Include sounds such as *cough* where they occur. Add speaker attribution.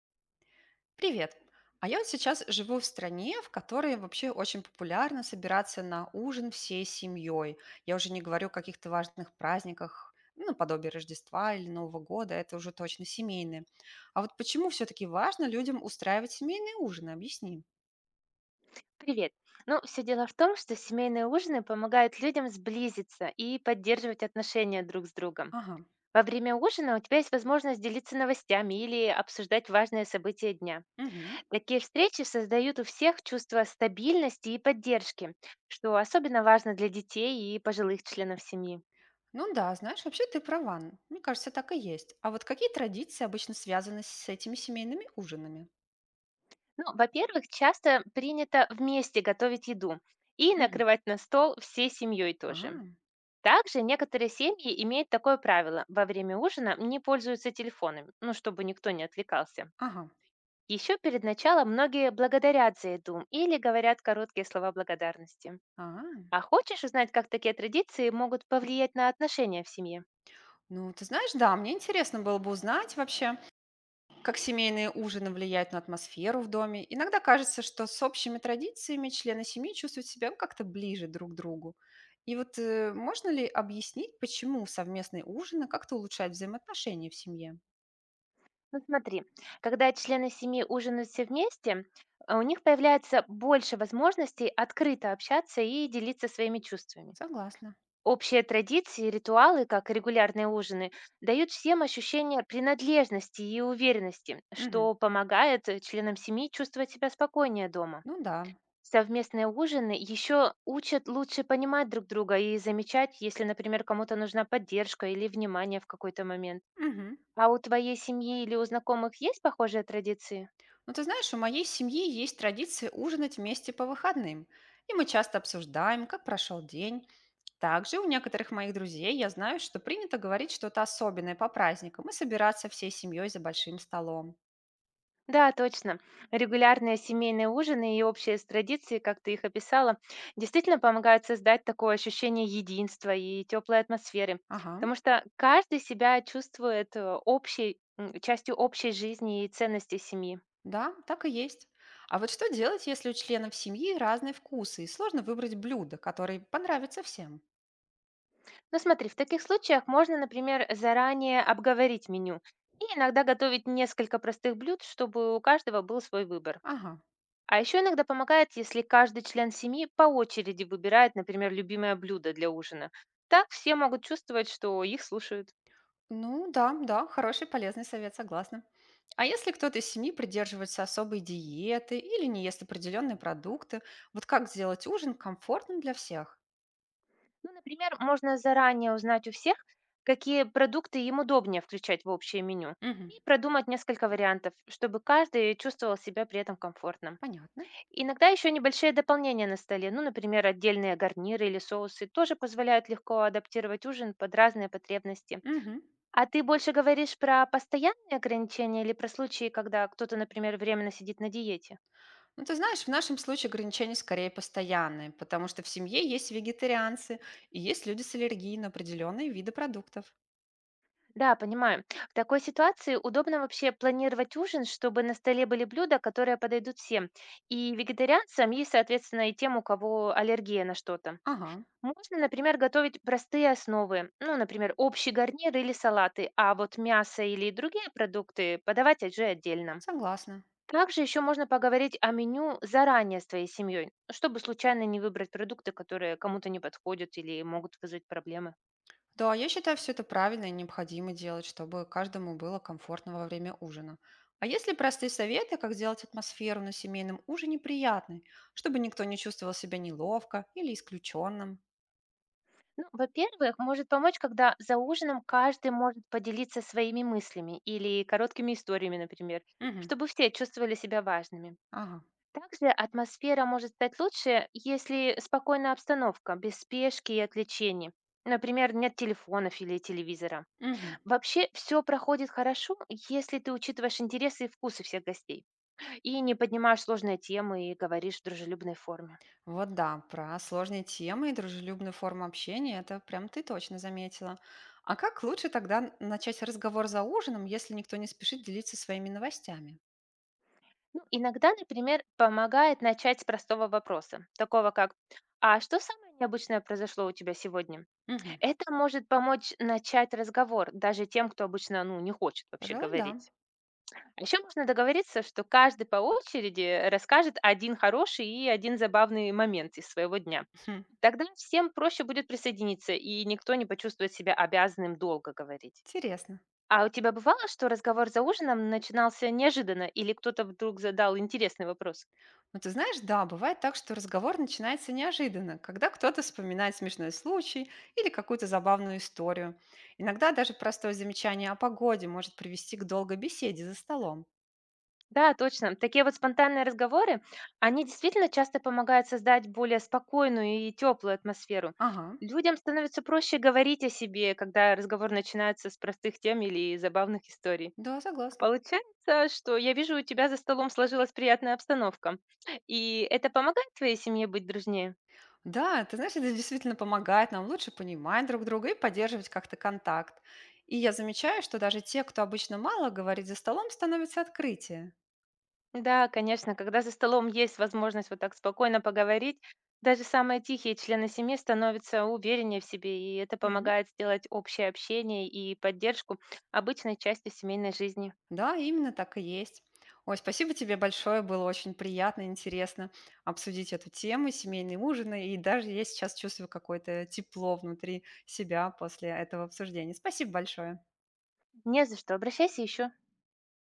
Speaker 1: Привет! А я вот сейчас живу в стране, в которой вообще очень популярно собираться на ужин всей семьей. Я уже не говорю о каких-то важных праздниках, ну, наподобие Рождества или Нового года, это уже точно семейные. А вот почему все-таки важно людям устраивать семейные ужины? Объясни.
Speaker 2: Привет. Ну, все дело в том, что семейные ужины помогают людям сблизиться и поддерживать отношения друг с другом.
Speaker 1: Ага.
Speaker 2: Во время ужина у тебя есть возможность делиться новостями или обсуждать важные события дня.
Speaker 1: Мгм.
Speaker 2: Такие встречи создают у всех чувство стабильности и поддержки, что особенно важно для детей и пожилых членов семьи.
Speaker 1: Ну да, знаешь, вообще ты права. Мне кажется, так и есть. А вот какие традиции обычно связаны с этими семейными ужинами?
Speaker 2: Ну, во-первых, часто принято вместе готовить еду и
Speaker 1: Мгм.
Speaker 2: накрывать на стол всей семьей тоже.
Speaker 1: А,
Speaker 2: Также некоторые семьи имеют такое правило: во время ужина не пользуются телефонами, ну, чтобы никто не отвлекался.
Speaker 1: ага.
Speaker 2: Еще перед началом многие благодарят за еду или говорят короткие слова благодарности.
Speaker 1: А.
Speaker 2: А хочешь узнать, как такие традиции могут повлиять на отношения в семье?
Speaker 1: Ну, ты знаешь, да, мне интересно было бы узнать вообще, как семейные ужины влияют на атмосферу в доме. Иногда кажется, что с общими традициями члены семьи чувствуют себя, ну, как-то ближе друг к другу. И вот можно ли объяснить, почему совместные ужины как-то улучшают взаимоотношения в семье?
Speaker 2: Ну смотри, когда члены семьи ужинают все вместе, у них появляется больше возможностей открыто общаться и делиться своими чувствами.
Speaker 1: Согласна.
Speaker 2: Общие традиции и ритуалы, как регулярные ужины, дают всем ощущение принадлежности и уверенности,
Speaker 1: Мгм.
Speaker 2: что помогает членам семьи чувствовать себя спокойнее дома.
Speaker 1: Ну да.
Speaker 2: Совместные ужины еще учат лучше понимать друг друга и замечать, если, например, кому-то нужна поддержка или внимание в какой-то момент.
Speaker 1: Мгм.
Speaker 2: А у твоей семьи или у знакомых есть похожие традиции?
Speaker 1: Ну, ты знаешь, у моей семьи есть традиция ужинать вместе по выходным, и мы часто обсуждаем, как прошел день. Также у некоторых моих друзей я знаю, что принято говорить что-то особенное по праздникам и собираться всей семьей за большим столом.
Speaker 2: Да, точно. Регулярные семейные ужины и общие традиции, как ты их описала, действительно помогают создать такое ощущение единства и теплой атмосферы,
Speaker 1: Ага,
Speaker 2: потому что каждый себя чувствует частью общей жизни и ценностей семьи.
Speaker 1: да, так и есть. А вот что делать, если у членов семьи разные вкусы и сложно выбрать блюдо, которое понравится всем?
Speaker 2: Ну смотри, в таких случаях можно, например, заранее обговорить меню и иногда готовить несколько простых блюд, чтобы у каждого был свой выбор.
Speaker 1: Ага.
Speaker 2: А еще иногда помогает, если каждый член семьи по очереди выбирает, например, любимое блюдо для ужина. Так все могут чувствовать, что их слушают.
Speaker 1: Ну да, да, хороший полезный совет, согласна. А если кто-то из семьи придерживается особой диеты или не ест определенные продукты, вот как сделать ужин комфортным для всех?
Speaker 2: Ну, например, можно заранее узнать у всех, какие продукты им удобнее включать в общее меню
Speaker 1: Мгм,
Speaker 2: и продумать несколько вариантов, чтобы каждый чувствовал себя при этом комфортно.
Speaker 1: понятно.
Speaker 2: Иногда еще небольшие дополнения на столе, ну, например, отдельные гарниры или соусы, тоже позволяют легко адаптировать ужин под разные потребности.
Speaker 1: Мгм.
Speaker 2: А ты больше говоришь про постоянные ограничения или про случаи, когда кто-то, например, временно сидит на диете?
Speaker 1: Ну, ты знаешь, в нашем случае ограничения скорее постоянные, потому что в семье есть вегетарианцы и есть люди с аллергией на определенные виды продуктов.
Speaker 2: Да, понимаю. В такой ситуации удобно вообще планировать ужин, чтобы на столе были блюда, которые подойдут всем. И вегетарианцам, и, соответственно, и тем, у кого аллергия на что-то.
Speaker 1: Ага,
Speaker 2: Можно, например, готовить простые основы, ну, например, общий гарнир или салаты, а вот мясо или другие продукты подавать уже отдельно.
Speaker 1: согласна.
Speaker 2: Также еще можно поговорить о меню заранее с твоей семьей, чтобы случайно не выбрать продукты, которые кому-то не подходят или могут вызвать проблемы.
Speaker 1: Да, я считаю, все это правильно и необходимо делать, чтобы каждому было комфортно во время ужина. А есть ли простые советы, как сделать атмосферу на семейном ужине приятной, чтобы никто не чувствовал себя неловко или исключенным?
Speaker 2: Ну, во-первых, может помочь, когда за ужином каждый может поделиться своими мыслями или короткими историями, например,
Speaker 1: Мгм.
Speaker 2: чтобы все чувствовали себя важными.
Speaker 1: Ага.
Speaker 2: Также атмосфера может стать лучше, если спокойная обстановка, без спешки и отвлечений. Например, нет телефонов или телевизора.
Speaker 1: Мгм.
Speaker 2: Вообще все проходит хорошо, если ты учитываешь интересы и вкусы всех гостей и не поднимаешь сложные темы и говоришь в дружелюбной форме.
Speaker 1: Вот да, про сложные темы и дружелюбную форму общения это прям ты точно заметила. А как лучше тогда начать разговор за ужином, если никто не спешит делиться своими новостями?
Speaker 2: Ну, иногда, например, помогает начать с простого вопроса, такого как «А что самое необычное произошло у тебя сегодня?»
Speaker 1: Мгм.
Speaker 2: Это может помочь начать разговор даже тем, кто обычно ну, не хочет вообще
Speaker 1: Пожалуй, да.
Speaker 2: говорить. А еще можно договориться, что каждый по очереди расскажет один хороший и один забавный момент из своего дня.
Speaker 1: *laughs* Хм.
Speaker 2: Тогда всем проще будет присоединиться, и никто не почувствует себя обязанным долго говорить.
Speaker 1: Интересно.
Speaker 2: А у тебя бывало, что разговор за ужином начинался неожиданно, или кто-то вдруг задал интересный вопрос?
Speaker 1: Ну, ты знаешь, да, бывает так, что разговор начинается неожиданно, когда кто-то вспоминает смешной случай или какую-то забавную историю. Иногда даже простое замечание о погоде может привести к долгой беседе за столом.
Speaker 2: Да, точно. Такие вот спонтанные разговоры, они действительно часто помогают создать более спокойную и теплую атмосферу.
Speaker 1: Ага,
Speaker 2: Людям становится проще говорить о себе, когда разговор начинается с простых тем или забавных историй.
Speaker 1: да, согласна.
Speaker 2: Получается, что я вижу, у тебя за столом сложилась приятная обстановка. И это помогает твоей семье быть дружнее?
Speaker 1: Да, ты знаешь, это действительно помогает нам лучше понимать друг друга и поддерживать как-то контакт. И я замечаю, что даже те, кто обычно мало говорит за столом, становятся открытие.
Speaker 2: Да, конечно, когда за столом есть возможность вот так спокойно поговорить, даже самые тихие члены семьи становятся увереннее в себе, и это помогает сделать общее общение и поддержку обычной частью семейной жизни.
Speaker 1: Да, именно так и есть. Ой, спасибо тебе большое, было очень приятно, интересно обсудить эту тему, семейные ужины, и даже я сейчас чувствую какое-то тепло внутри себя после этого обсуждения. Спасибо большое.
Speaker 2: Не за что, обращайся еще.